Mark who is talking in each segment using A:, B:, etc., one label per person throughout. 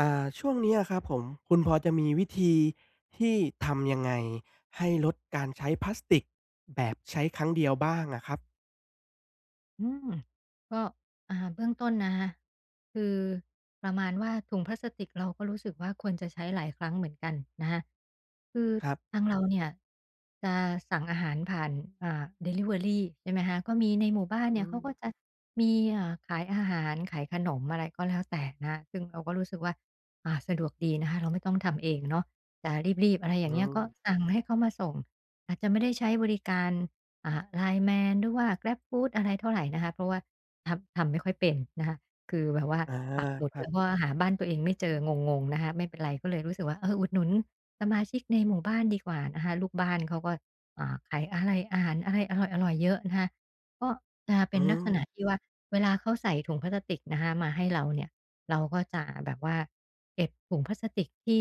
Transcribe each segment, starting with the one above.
A: อ่าช่วงเนี้ยครับผมคุณพอจะมีวิธีที่ทำยังไงให้ลดการใช้พลาสติกแบบใช้ครั้งเดียวบ้างอะครับ
B: อืมก็เบื้องต้นนะคะคือประมาณว่าถุงพลาสติกเราก็รู้สึกว่าควรจะใช้หลายครั้งเหมือนกันนะคะคือ
A: ครับ
B: ทางเราเนี่ยจะสั่งอาหารผ่านดิลิเวอรีใช่ไหมคะก็มีในหมู่บ้าน
A: อื
B: เนี่ย
A: ม
B: เขาก็จะมีขายอาหารขายขนมอะไรก็แล้วแต่นะคะซึ่งเราก็รู้สึกว่าสะดวกดีนะคะเราไม่ต้องทำเองเนาะจะรีบๆอะไรอย่า
A: อื
B: งเงี้ย
A: ม
B: ก็สั่งให้เขามาส่งอาจจะไม่ได้ใช้บริการ อ่า Lineman หรือว่า GrabFood อะไรเท่าไรนะคะเพราะว่าทำไม่ค่อยเป็นนะคะคือแบบว่า
A: อา
B: ปักหมุด
A: ครั
B: แล้ว
A: บ
B: ก็หาบ้านตัวเองไม่เจองงๆนะคะไม่เป็นไรก็เลยรู้สึกว่าเอออุดหนุนสมาชิกในหมู่บ้านดีกว่านะคะลูกบ้านเขาก็ขายอะไรอาหารอะไรอร่อยๆเยอะนะคะก็จะ
A: อื
B: เป็นลัก
A: ม
B: ษณะที่ว่าเวลาเขาใส่ถุงพลาสติกนะคะมาให้เราเนี่ยเราก็จะแบบว่าเก็บถุงพลาสติกที่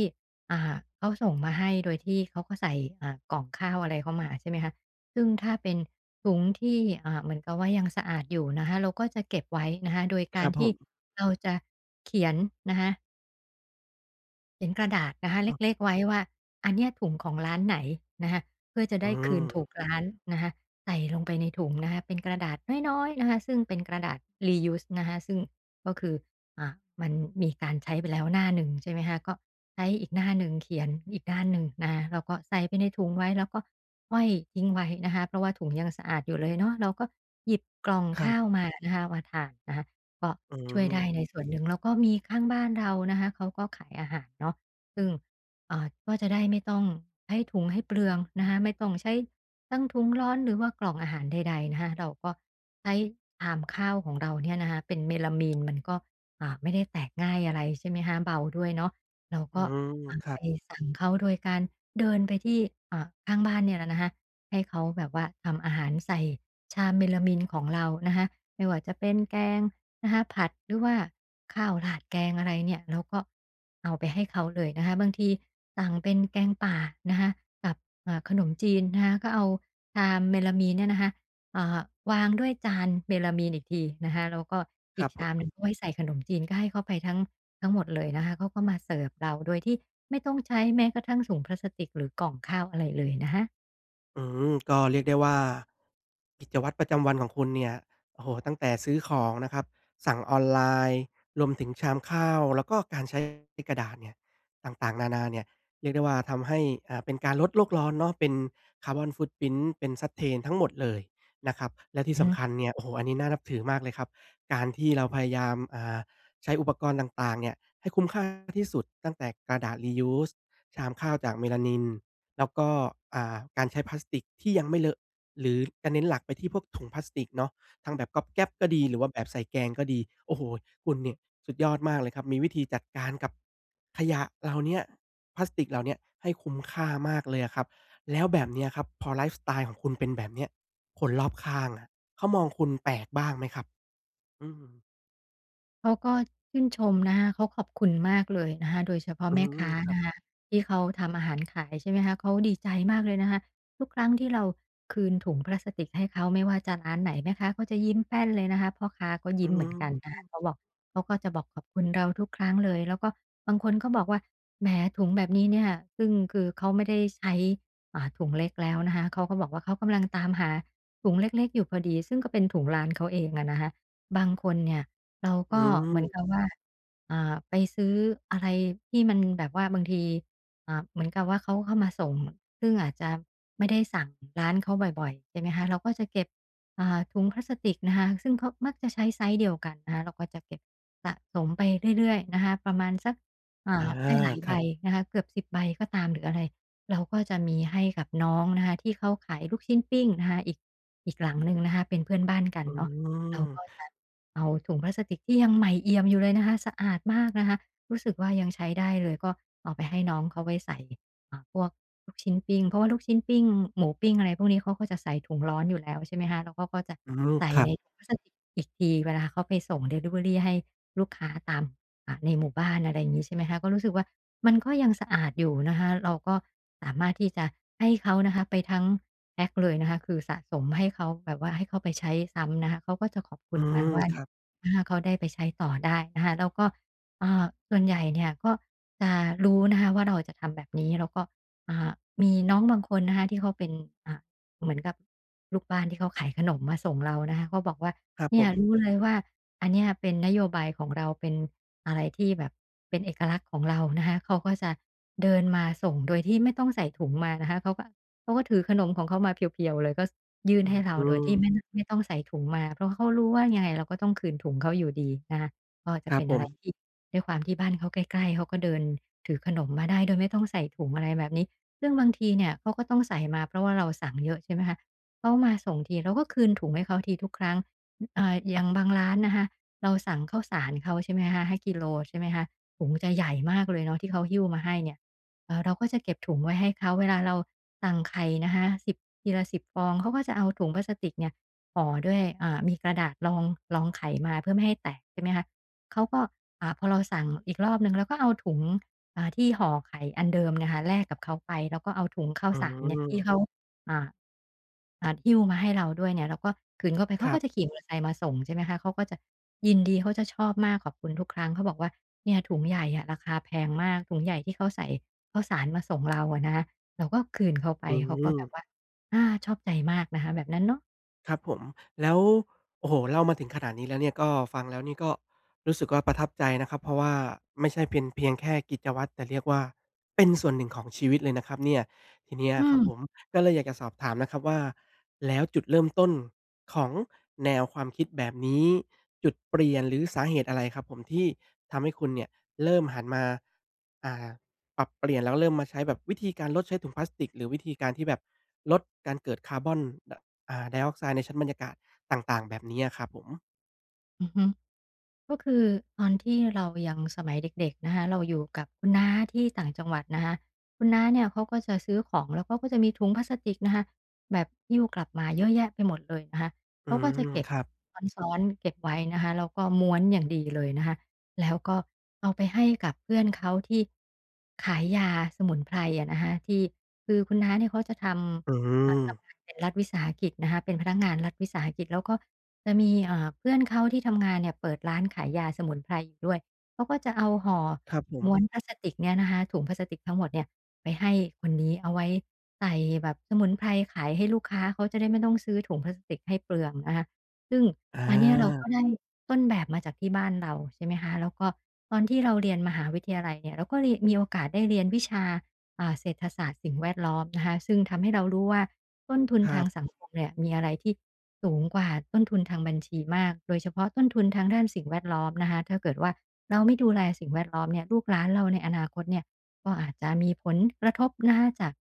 B: เขาส่งมาให้โดยที่เขาก็ใส่กล่องข้าวอะไรเข้ามาใช่ไหมคะ ซึ่งถ้าเป็นถุงที่เหมือนกับว่ายังสะอาดอยู่นะคะเราก็จะเก็บไว้นะคะโดย
A: ค
B: กา
A: รั
B: ร
A: บผ
B: ที่
A: ม
B: เราจะเขียนนะคะ เขียนกระดาษนะคะเล็กๆไว้ว่าอันเนี้ยถุงของร้านไหนนะคะเพื่อจะ
A: อื
B: ได้คืนถูก
A: ม
B: ร้านนะคะใส่ลงไปในถุงนะคะเป็นกระดาษน้อยๆนะคะซึ่งเป็นกระดาษ reuse นะคะซึ่งก็คืออ่ามันมีการใช้ไปแล้วหน้าหนึ่งใช่ไหมคะก็ใช้อีกหน้าหนึ่งเขียนอีกด้านหนึ่งนะคะแล้วก็ใส่ไปในถุงไว้แล้วก็ห้อยทิ้งไว้นะคะเพราะว่าถุงยังสะอาดอยู่เลยเนาะเราก็หยิบกล่อง
A: ครั
B: ข้าว
A: บ
B: มานะคะมาทานนะคะ ก็
A: อื
B: ช่วยได้ใน
A: ม
B: ส่วนหนึ่งแล้วก็มีข้างบ้านเรานะคะเขาก็ขายอาหารเนาะซึ่งก็จะได้ไม่ต้องใช้ถุงให้เปลืองนะคะไม่ต้องใช้ทั้งถุงร้อนหรือว่ากล่องอาหารใดๆนะคะเราก็ใช้ชามข้าวของเราเนี่ยนะคะเป็นเมลามีนมันก็ไม่ได้แตกง่ายอะไรใช่ไหมคะเบาด้วยเนาะเรา
A: อื
B: ก็
A: มครั
B: ไป
A: บ
B: สั่งเขาโดยการเดินไปที่ข้างบ้านเนี่ยแหละนะคะให้เขาแบบว่าทำอาหารใส่ชามเมลามีนของเรานะคะไม่ว่าจะเป็นแกง นะคะผัดหรือว่าข้าวราดแกงอะไรเนี่ยเราก็เอาไปให้เขาเลยนะคะบางทีสั่งเป็นแกงป่านะคะกับขนมจีนนะคะก็เอาชามเมลามีนเนี่ยนะคะอ่าวางด้วยจานเมลามีนอีกทีนะคะแล้วก็
A: ค
B: อี
A: รั
B: ก
A: บผ
B: ชามหนึ่
A: ม
B: งก็ไว้ใส่ขนมจีนก็ให้เขาไปทั้งหมดเลยนะคะเขาก็มาเสิร์ฟเราโดยที่ไม่ต้องใช้แม้กระทั่งถุงพลาสติกหรือกล่องข้าวอะไรเลยนะคะ
A: อืมก็เรียกได้ว่ากิจวัตรประจำวันของคุณเนี่ยโอ้โฮตั้งแต่ซื้อของนะครับสั่งออนไลน์รวมถึงชามข้าวแล้วก็การใช้กระดาษเนี่ยต่างๆนานาเนี่ยเรียกได้ว่าทำให้เป็นการลดโลกร้อนเนาะเป็นคาร์บอน footprint เป็น Sustain ทั้งหมดเลยนะครับและที่
B: อือฮึ
A: สำคัญเนี่ยโอ้โฮอันนี้น่านับถือมากเลยครับการที่เราพยายามใช้อุปกรณ์ต่างๆเนี่ยให้คุ้มค่าที่สุดตั้งแต่กระดาษ reuse ชามข้าวจากเมลานิน แล้วก็การใช้พลาสติกที่ยังไม่เลอะหรือจะเน้นหลักไปที่พวกถุงพลาสติกเนาะทั้งแบบก๊อบแก๊บก็ดีหรือว่าแบบใส่แกงก็ดีโอ้โฮคุณเนี่ยสุดยอดมากเลยครับมีวิธีจัดการกับขยะเหล่าเนี้ยพลาสติกเหล่าเนี้ยให้คุ้มค่ามากเลยอะครับแล้วแบบเนี้ยครับพอไลฟ์สไตล์ของคุณเป็นแบบเนี้ยคนรอบข้างอะเขามองคุณแปลกบ้างไหมครับอืม
B: เขาก็ชื่นชมนะคะเขาขอบคุณมากเลยนะคะโดยเฉพาะ
A: อื
B: แม่
A: ม
B: ค้า
A: ครั
B: นะ
A: บ
B: คะที่เขาทำอาหารขายใช่ไหมคะเขาดีใจมากเลยนะคะทุกครั้งที่เราคืนถุงพลาสติกให้เขาไม่ว่าจะร้านไหนแม่ค้าก็จะยิ้มแป้นเลยนะคะพ่อค้าก็
A: อื
B: ยิ้มเหมือนกัน
A: ม
B: นะคะเขาบอกเขาก็จะบอกขอบคุณเราทุกครั้งเลยแล้วก็บางคนก็บอกว่าแหมถุงแบบนี้เนี่ยซึ่งคือเขาไม่ได้ใช้ถุงเล็กแล้วนะคะเขาก็บอกว่าเขากำลังตามหาถุงเล็กๆอยู่พอดีซึ่งก็เป็นถุงร้านเขาเองอะนะคะบางคนเนี่ย เรา
A: อื
B: ก็เหมือนกับ
A: ม
B: ว่าไปซื้ออะไรที่มันแบบว่าบางทีเหมือนกับว่าเขาเข้ามาส่งซึ่งอาจจะไม่ได้สั่งร้านเขาบ่อยๆใช่ไหมคะเราก็จะเก็บถุงพลาสติกนะคะซึ่งเขามักจะใช้ไซซ์เดียวกันนะคะเราก็จะเก็บสะสมไปเรื่อยๆนะคะประมาณสัก
A: อา
B: ได้หลาย
A: ค
B: ใบ
A: รับ
B: นะคะเกือบ10 ใบก็ตามหรืออะไรเราก็จะมีให้กับน้องนะคะที่เขาขายลูกชิ้นปิ้งนะคะอีกหลังหนึ่งนะคะเป็นเพื่อนบ้านกัน
A: อื
B: เนาะเราก็
A: ม
B: จะ เอาถุงพลาสติกที่ยังใหม่เอี่ยมอยู่เลยนะคะสะอาดมากนะคะรู้สึกว่ายังใช้ได้เลยก็เอาไปให้น้องเขาไว้ใส่พวกลูกชิ้นปิ้งเพราะว่าลูกชิ้นปิ้งหมูปิ้งอะไรพวกนี้เขาก็จะใส่ถุงร้อนอยู่แล้วใช่ไหมคะแล้วเขาก็จะ
A: อืม
B: ใส่
A: ครับ
B: ในถุงพลาสติกอีกทีเวลาเขาไปส่งดิลิเวอรีให้ลูกค้าตามในหมู่บ้านอะไรอย่างงี้ใช่ไหมคะก็รู้สึกว่ามันก็ยังสะอาดอยู่นะคะเราก็สามารถที่จะให้เขานะคะไปทั้งแพ็กเลยนะคะคือสะสมให้เขาแบบว่าให้เขาไปใช้ซ้ำนะคะเขาก็จะขอบคุ
A: อื
B: ณมา
A: ม
B: ว่า
A: ค
B: เนี่
A: รั
B: ย
A: บ
B: อาเขาได้ไปใช้ต่อได้นะคะแล้วก็อ่าส่วนใหญ่เนี่ยก็จะรู้นะคะว่าเราจะทำแบบนี้แล้วก็อ่ามีน้องบางคนนะคะที่เขาเป็นอ่า เหมือนกับลูกบ้านที่เขาขายขนมมาส่งเรานะคะก็บอกว่า
A: ครับผ
B: เนี่ย
A: ม
B: รู้เลยว่าอันเนี้ยเป็นนโยบายของเราเป็นอะไรที่แบบเป็นเอกลักษณ์ของเรานะคะเขาก็จะเดินมาส่งโดยที่ไม่ต้องใส่ถุงมานะคะเขาก็ถือขนมของเขามาเพียวๆเลยก็สยื่น
A: อื
B: ให้เราโดยที่ไม่น
A: ม
B: ไม่ต้องใส่ถุงมาเพราะเขารู้ว่ายังไงเราก็ต้องคืนถุงเขาอยู่ดีนะคะก็
A: ค
B: จะ
A: รับ
B: เป็น
A: ผ
B: อะ
A: ม
B: ไรที่ด้วยความที่บ้านเขาใกล้ๆเขาก็เดินถือขนมมาได้โดยไม่ต้องใส่ถุงอะไรแบบนี้ ซึ่งบางทีเนี่ยเขาก็ต้องใส่มาเพราะว่าเราสั่งเยอะใช่ไหมคะเขามาส่งทีเราก็คืนถุงให้เขาทีทุกครั้งอย่างบางร้านนะคะเราสั่งข้าวสารเขาใช่ไหมคะ5กิโลใช่ไหมคะถุงจะใหญ่มากเลยเนาะที่เขาหิ้วมาให้เนี่ยเราก็จะเก็บถุงไว้ให้เขาเวลาเราสั่งไข่นะคะทีละสิบฟองเขาก็จะเอาถุงพลาสติกเนี่ยห่อด้วยมีกระดาษรองรองไข่มาเพื่อไม่ให้แตกใช่ไหมคะเขาก็พอเราสั่งอีกรอบหนึ่งเราก็เอาถุง ที่ห่อไข่อันเดิมนะคะแลกกับเขาไปแล้วก็เอาถุงข้าว
A: อื
B: สารเนี่ยที่เขา
A: ม
B: อ่าหิ้วมาให้เราด้วยเนี่ยเราก็คืนเข้าไป
A: ค
B: เขา
A: รั
B: ก็จะ
A: บ
B: ขี่มอเตอร์ไซค์มาส่งใช่ไหมคะเขาก็จะยินดีเขาจะชอบมากขอบคุณทุกครั้งเขาบอกว่าเนี่ยถุงใหญ่อะราคาแพงมากถุงใหญ่ที่เขาใส่ข้าวสารมาส่งเราอะนะคะเราก็คืนเขาไป
A: อื
B: เขาก็
A: ม
B: แบบว่าอาชอบใจมากนะคะแบบนั้นเนาะ
A: ครับผมแล้วโอ้โฮเล่ามาถึงขนาดนี้แล้วเนี่ยก็ฟังแล้วนี่ก็รู้สึกว่าประทับใจนะครับเพราะว่าไม่ใช่เป็นเพียงแค่กิจวัตรแต่เรียกว่าเป็นส่วนหนึ่งของชีวิตเลยนะครับเนี่ยทีเนี้ย
B: อื
A: ครับ
B: ม
A: ผมก็เลยอยากจะสอบถามนะครับว่าแล้วจุดเริ่มต้นของแนวความคิดแบบนี้จุดเปลี่ยนหรือสาเหตุอะไรครับผมที่ทำให้คุณเนี่ยเริ่มหันมาอ่าปรับเปลี่ยนแล้วเริ่มมาใช้แบบวิธีการลดใช้ถุงพลาสติกหรือวิธีการที่แบบลดการเกิดคาร์บอนด ไดออกไซด์ในชั้นบรรยากาศต่างๆแบบนี้อะครับผม
B: อือฮึ ก็คือตอนที่เรายังสมัยเด็กๆนะคะเราอยู่กับคุณน้าที่ต่างจังหวัดนะคะคุณน้าเนี่ยเขาก็จะซื้อของแล้วเขาก็จะมีถุงพลาสติกนะคะแบบหิ้วกลับมาเยอะแยะไปหมดเลยนะคะ
A: อื
B: เขาก็จะ
A: ม
B: เก็บ
A: ครับ
B: ซ้อนๆเก็บไว้นะคะแล้วก็ม้วนอย่างดีเลยนะคะแล้วก็เอาไปให้กับเพื่อนเขาที่ขายยาสมุนไพรอะนะคะที่คือคุณน้าเนี่ยเขาจะท
A: อื
B: ำ
A: ม
B: ทำงานเป็นรัฐวิสาหกิจนะคะเป็นพนักงานรัฐวิสาหกิจแล้วก็ จะมีเพื่อนเขาที่ทำงานเนี่ยเปิดร้านขายยาสมุนไพรอยู่ด้วยเขาก็จะเอาห่อ
A: ครับผม
B: ม้วนพลาสติกเนี่ยนะคะถุงพลาสติกทั้งหมดเนี่ยไปให้คนนี้เอาไว้ใส่แบบสมุนไพรขายให้ลูกค้าเขาจะได้ไม่ต้องซื้อถุงพลาสติกให้เปลืองนะคะซึ่ง
A: อ
B: อันเนี้ยเราก็
A: า
B: ได้ต้นแบบมาจากที่บ้านเราใช่ไหมคะแล้วก็ตอนที่เราเรียนมหาวิทยาลัยเนี่ยเราก็เรียนมีโอกาสได้เรียนวิชา เศรษฐศาสตร์สิ่งแวดล้อมนะคะซึ่งทำให้เรารู้ว่าต้นทุน
A: ครั
B: ทาง
A: บ
B: สังคมเนี่ยมีอะไรที่สูงกว่าต้นทุนทางบัญชีมากโดยเฉพาะต้นทุนทางด้านสิ่งแวดล้อมนะคะถ้าเกิดว่าเราไม่ดูแลสิ่งแวดล้อมเนี่ยลูกหลานเราในอนาคตเนี่ยก็อาจจะมีผลกระทบนะคะจาก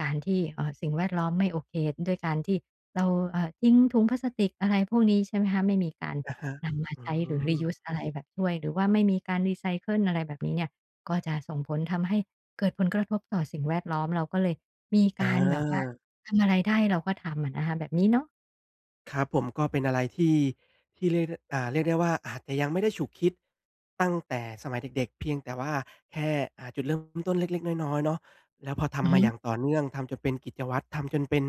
B: การที่สิ่งแวดล้อมไม่โอเคด้วยการที่เราทิ้งถุงพลาสติกอะไรพวกนี้ใช่ไหมคะไม่มีการ
A: อะฮะ
B: นำมา
A: อื
B: ใช้หรือ
A: ม
B: reuse อะไรแบบช่วยหรือว่าไม่มีการรีไซเคิลอะไรแบบนี้เนี่ยก็จะส่งผลทำให้ เกิดผลกระทบต่อสิ่งแวดล้อมเราก็เลยมี
A: อา
B: การแบบว่าทำอะไรได้เราก็ทำอะนะคะแบบนี้เนาะ
A: ครับผมก็เป็นอะไรที่ที่เรียกเรียกได้ว่าอาจจะยังไม่ได้ฉุกคิดตั้งแต่สมัยเด็กๆเพียงแต่ว่าแค่จุดเริ่มต้นเล็กๆน้อยๆเนาะแล้วพอ
B: อือ
A: ทำมา
B: ฮึ
A: อย่างต่อเนื่องทำจนเป็นกิจวัตรทำจนเป็น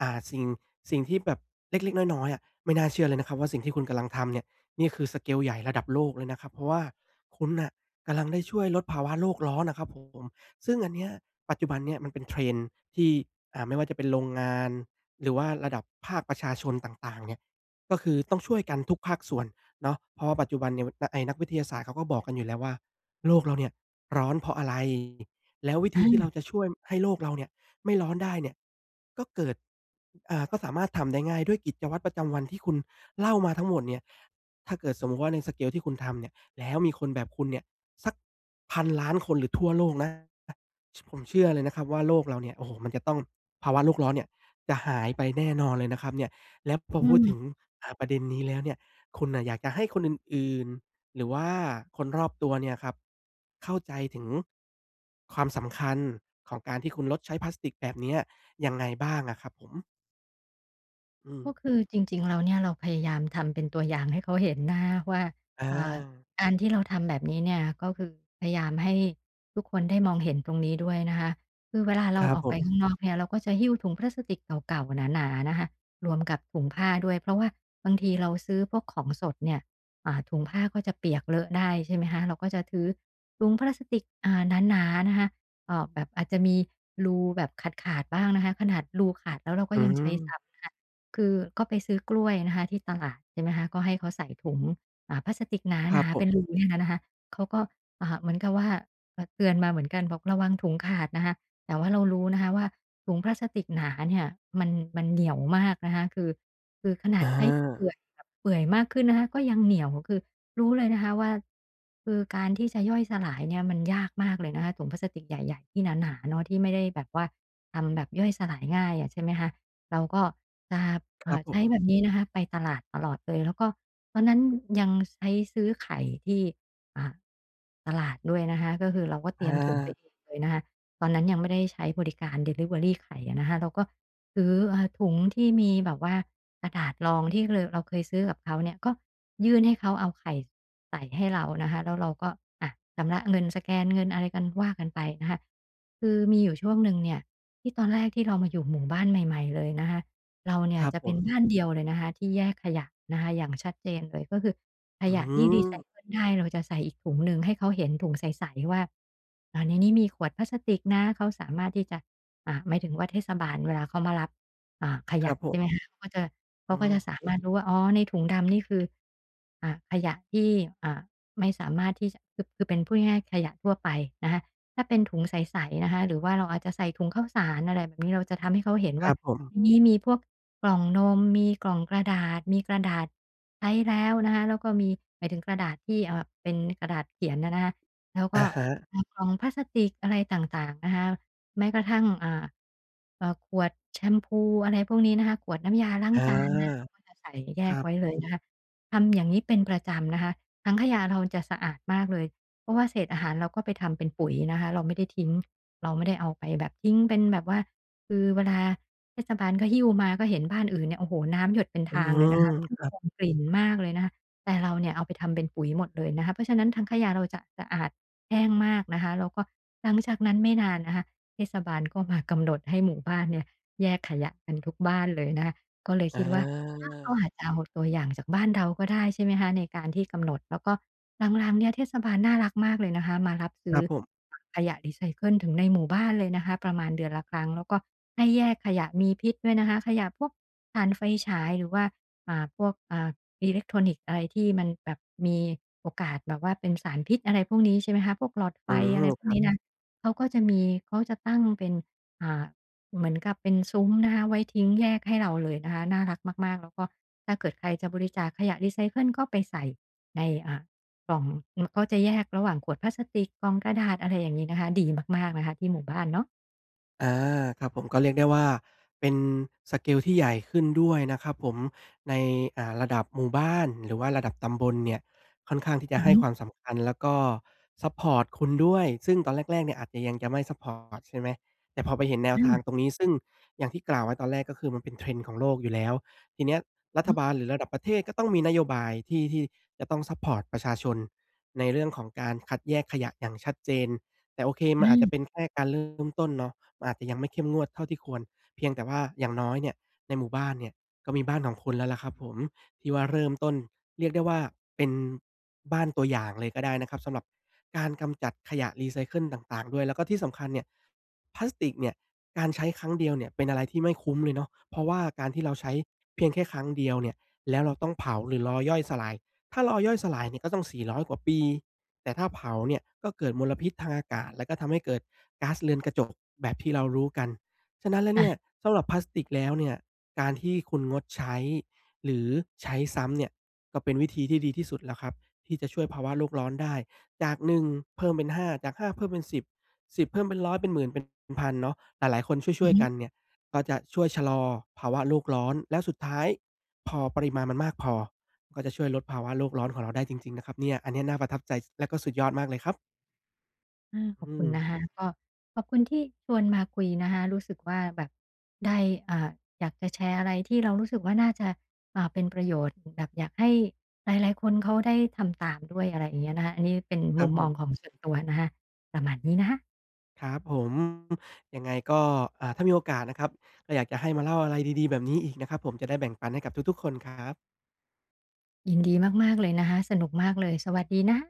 A: อ่าสิ่งสิ่งที่แบบเล็กๆน้อยๆอะไม่น่าเชื่อเลยนะครับว่าสิ่งที่คุณกำลังทำเนี่ยนี่คือสเกลใหญ่ระดับโลกเลยนะครับเพราะว่าคุณน่ะกำลังได้ช่วยลดภาวะโลกร้อนอะครับผมซึ่งอันเนี้ยปัจจุบันเนี่ยมันเป็น Trend ที่ไม่ว่าจะเป็นโรงงาน หรือว่าระดับภาคประชาชนต่างๆเนี่ยก็คือต้องช่วยกันทุกภาคส่วนเนาะเพราะว่าปัจจุบันเนี่ยไอ้นักวิทยาศาสตร์เขาก็บอกกันอยู่แล้วว่าโลกเราเนี่ยร้อนเพราะอะไรแล้ววิธีที่เรา
B: อา
A: จะช่วยให้โลกเราเนี่ยไม่ร้อนได้เนี่ยก็เกิดก็สามารถทำได้ง่ายด้วยกิจวัตรประจำวันที่คุณเล่ามาทั้งหมดเนี่ยถ้าเกิดสมมุติว่าในสเกลที่คุณทำเนี่ยแล้วมีคนแบบคุณเนี่ยสักพันล้านคนหรือทั่วโลกนะผมเชื่อเลยนะครับว่าโลกเราเนี่ยโอ้โฮมันจะต้องภาวะโลกร้อนเนี่ย จะหายไปแน่นอนเลยนะครับเนี่ยแล้วพออ
B: อื
A: พูดมถึง
B: ม
A: ประเด็นนี้แล้วเนี่ยคุณน่ะอยากจะให้คนอื่นๆหรือว่าคนรอบตัวเนี่ยครับเข้าใจถึงความสำคัญของการที่คุณลดใช้พลาสติกแบบเนี้ยยังไงบ้างอะครับผมอืม
B: ก็คือจริงๆแล้วเนี่ยเราพยายามทำเป็นตัวอย่างให้เขาเห็นนะคว่า
A: อา
B: เอ่าการที่เราทำแบบนี้เนี่ยก็คือพยายามให้ทุกคนได้มองเห็นตรงนี้ด้วยนะคะคือเวลา
A: ค
B: เรา
A: รับ
B: ออก
A: ผ
B: ไปข้า
A: ม
B: งนอกเนี่ยเราก็จะหิ้วถุงพลาสติกเก่าๆหนาๆนะคะรวมกับถุงผ้าด้วยเพราะว่าบางทีเราซื้อพวกของสดเนี่ยถุงผ้าก็จะเปียกเลอะได้ใช่ไหมคะเราก็จะถือถุงพลาสติกหนาๆนะคะแบบอาจจะมีรูแบบขาดๆบ้างนะคะขนาดรูขาดแล้วเราก็
A: อื
B: ยัง
A: ม
B: ใช้ซ้ำนะคะ คือก็ไปซื้อกล้วยนะคะที่ตลาดใช่ไหมคะก็ให้เขาใส่ถุงพลาสติกห
A: ครับ
B: นา
A: ผ
B: ๆเป็
A: ม
B: นรูเนี่ยนะนะคะเขาก็เหมือนกับว่าเตือนมาเหมือนกันบอกระวังถุงขาดนะคะแต่ว่าเรารู้นะคะว่าถุงพลาสติกหนาเนี่ยมันมันเหนียวมากนะคะคือขนาด
A: อา
B: ใช้เปื่อยแบบเปื่อยมากขึ้นนะคะก็ยังเหนียวคือรู้เลยนะคะว่าคือการที่จะย่อยสลายเนี่ยมันยากมากเลยนะคะถุงพลาสติกใหญ่ๆที่หนาๆเนาะที่ไม่ได้แบบว่าทำแบบย่อยสลายง่ายอะใช่ไหมคะ เราก็จะ
A: ครับผ
B: ใช้
A: ม
B: แบบนี้นะคะไปตลาดตลอดเลยแล้วก็ตอนนั้นยังใช้ซื้อไข่ที่อ่าตลาดด้วยนะคะก็คือเราก็เต
A: อ
B: รียมถุงไปเอ
A: า
B: งเลยนะคะตอนนั้นยังไม่ได้ใช้บริการดิลิเวอรีไข่อะนะคะเราก็ ถือถุงที่มีแบบว่ากระดาษรองที่เราเคยซื้อกับเขาเนี่ยก็ยื่นให้เขาเอาไข่ใส่ให้เรานะคะแล้วเราก็อะชำระเงินสแกนเงินอะไรกันว่ากันไปนะคะคือมีอยู่ช่วงหนึ่งเนี่ยที่ตอนแรกที่เรามาอยู่หมู่บ้านใหม่ๆเลยนะคะเรา
A: ค
B: เนี่ย
A: รับ
B: จะ
A: ผ
B: เป็น
A: ม
B: บ้านเดียวเลยนะคะที่แยกขยะนะคะอย่างชัดเจนเลยก็คือข
A: อื
B: ยะที่รีไซ
A: ม
B: เคิลได้เราจะใส่อีกถุงหนึ่งให้เขาเห็นถุงใสๆว่าอาในนี้มีขวดพลาสติกนะเขาสามารถที่จะ หมายถึงว่าเทศบาลเวลาเขามารับข
A: ครั
B: ยะ
A: บผ
B: ใช่ไหม
A: ม
B: คะเขาก็จะ
A: อื
B: เขาก็
A: ม
B: จะสามารถรู้ว่าอ๋อในถุงดำนี่คือขยะที่อ่าไม่สามารถที่จะคือเป็นพูดง่ายๆขยะทั่วไปนะคะถ้าเป็นถุงใสๆนะคะหรือว่าเราอาจจะใส่ถุงข้าวสารอะไรแบบนี้เราจะทำให้เขาเห็น
A: ครั
B: ว่า
A: บผม
B: นี่มีพวกกล่องนมมีกล่องกระดาษมีกระดาษใช้แล้วนะคะแล้วก็มีหมายถึงกระดาษที่เป็นกระดาษเขียนอะนะคะแล้วก็
A: อะฮะ
B: กล่องพลาสติกอะไรต่างๆนะคะ แม้กระทั่งขวดแชมพูอะไรพวกนี้นะคะขวดน้ำยาล้าง
A: อ
B: จานนะ
A: า
B: เราก็จะใส่แย
A: ค
B: ก
A: รับ
B: ไว้เลยนะคะทำอย่างนี้เป็นประจำนะคะถังขยะเราจะสะอาดมากเลยเพราะว่าเศษอาหารเราก็ไปทำเป็นปุ๋ยนะคะเราไม่ได้ทิ้งเราไม่ได้เอาไปแบบทิ้งเป็นแบบว่าคือเวลาเทศบาลก็หิ้วมาก็เห็นบ้านอื่นเนี่ยโอ้โฮน้ำหยดเป็น
A: อื
B: ทางเลยนะคะแล้วก็
A: ม
B: ส่งกลิ่นมากเลยนะคะแต่เราเนี่ยเอาไปทำเป็นปุ๋ยหมดเลยนะคะเพราะฉะนั้นถังขยะเราจะสะอาดแห้งมากนะคะแล้วก็หลังจากนั้นไม่นานนะคะ เทศบาลก็มากำหนดให้หมู่บ้านเนี่ยแยกขยะกันทุกบ้านเลยนะคะก็เลย
A: อา
B: คิดว่าถ้าเขาอาจจะเอาตัวอย่างจากบ้านเราก็ได้ใช่ไหมคะในการที่กำหนดแล้วก็หลังๆเนี่ยเทศบาลน่ารักมากเลยนะคะมารับ
A: ค
B: ซื้
A: รั
B: อ
A: บผม
B: ขยะรีไซเคิลถึงในหมู่บ้านเลยนะคะประมาณเดือนละครั้งแล้วก็ให้แยกขยะมีพิษด้วยนะคะขยะพวกถ่านไฟฉายหรือว่าพวกอิเล็กทรอนิกส์อะไรที่มันแบบมีโอกาสแบบว่าเป็นสารพิษอะไรพวกนี้ใช่ไหมคะพวกหลอดไฟ
A: อืม
B: อะไรพว
A: ค
B: ก
A: รั
B: นี้
A: บ
B: นะ เขาก็จะมีเขาจะตั้งเป็นอ่าเหมือนกับเป็นซุ้มนะคะไว้ทิ้งแยกให้เราเลยนะคะน่ารักมากๆแล้วก็ถ้าเกิดใครจะบริจาคขยะรีไซเคิลก็ไปใส่ในอ่ากล่องอืมเขาจะแยกระหว่างขวดพลาสติกกล่องกระดาษอะไรอย่างงี้นะคะดีมากๆนะคะที่หมู่บ้านเนาะ
A: อาครับผมก็เรียกได้ว่าเป็นสเกลที่ใหญ่ขึ้นด้วยนะครับผมในระดับหมู่บ้านหรือว่าระดับตำบลเนี่ยค่อนข้างที่จะ
B: อือ
A: ให้
B: ฮึ
A: ความสำคัญแล้วก็ซัปพอร์ตคุณด้วยซึ่งตอนแรกๆเนี่ยอาจจะยังจะไม่ซัปพอร์ตใช่ไหมแต่พอไปเห็นแนวทาง
B: อา
A: ตรงนี้ซึ่งอย่างที่กล่าวไว้ตอนแรกก็คือมันเป็น trend ของโลกอยู่แล้วทีเนี้ยรัฐ
B: อื
A: บาลหรือระดับประเทศก็ต้องมีนโยบายที่จะต้องซัปพอร์ตประชาชนในเรื่องของการคัดแยกขยะอย่างชัดเจนแต่โอเค
B: อ
A: มัน
B: ฮึ
A: อาจจะเป็นแค่การเริ่มต้นเนาะ มันอาจจะยังไม่เข้มงวดเท่าที่ควรเพียงแต่ว่าอย่างน้อยเนี่ยในหมู่บ้านเนี่ยก็มีบ้านของคุณแล้วล่ะครับผมที่ว่าเริ่มต้นเรียกได้ว่าเป็นบ้านตัวอย่างเลยก็ได้นะครับสำหรับการกำจัดขยะรีไซเคิลต่างๆด้วยแล้วก็ที่สำคัญเนี่ยพลาสติกเนี่ยการใช้ครั้งเดียวเนี่ยเป็นอะไรที่ไม่คุ้มเลยเนาะเพราะว่าการที่เราใช้เพียงแค่ครั้งเดียวเนี่ยแล้วเราต้องเผาหรือรอย่อยสลายถ้ารอย่อยสลายเนี่ยก็ต้อง400กว่าปีแต่ถ้าเผาเนี่ยก็เกิดมลพิษทางอากาศแล้วก็ทำให้เกิด ก๊าซเรือนกระจกแบบที่เรารู้กัน ฉะนั้นแล้ว
B: อา
A: เนี่ย
B: อา
A: สำหรับพลาสติกแล้วเนี่ยการที่คุณงดใช้หรือใช้ซ้ำเนี่ยก็เป็นวิธีที่ดีที่สุดแล้วครับที่จะช่วยภาวะโลกร้อนได้จาก1เพิ่มเป็น5จาก5เพิ่มเป็น10 10เพิ่มเป็น100เป็นหมื่นเป็นพันเนาะหลายๆคนช่
B: อื
A: วย
B: อ
A: ๆ
B: ฮึ
A: กันเนี่ยก็จะช่วยชะลอภาวะโลกร้อนแล้วสุดท้ายพอปริมาณมันมากพอก็จะช่วยลดภาวะโลกร้อนของเราได้จริงๆนะครับเนี่ยอันเนี้ยน่าประทับใจแล้วก็สุดยอดมากเลยครับ
B: อาขอบ
A: อื
B: คุณ
A: ม
B: นะคะก็ขอบคุณที่ชวนมาคุยนะคะรู้สึกว่าแบบได้อ่าอยากจะแชร์อะไรที่เรารู้สึกว่าน่าจะเป็นประโยชน์แบบอยากให้หลายๆคนเขาได้ทำตามด้วยอะไรอย่างเงี้ยนะคะอันนี้เป็น
A: ครั
B: มุ
A: บ
B: ม
A: ผ
B: มองข
A: ม
B: องส่วนตัวนะคะประมาณนี้นะคะ
A: ครับผมยังไงก็ถ้ามีโอกาสนะครับก็อยากจะให้มาเล่าอะไรดีๆแบบนี้อีกนะครับผมจะได้แบ่งปันให้กับทุกๆคนครับ
B: ยินดีมากๆเลยนะคะสนุกมากเลยสวัสดีนะคะ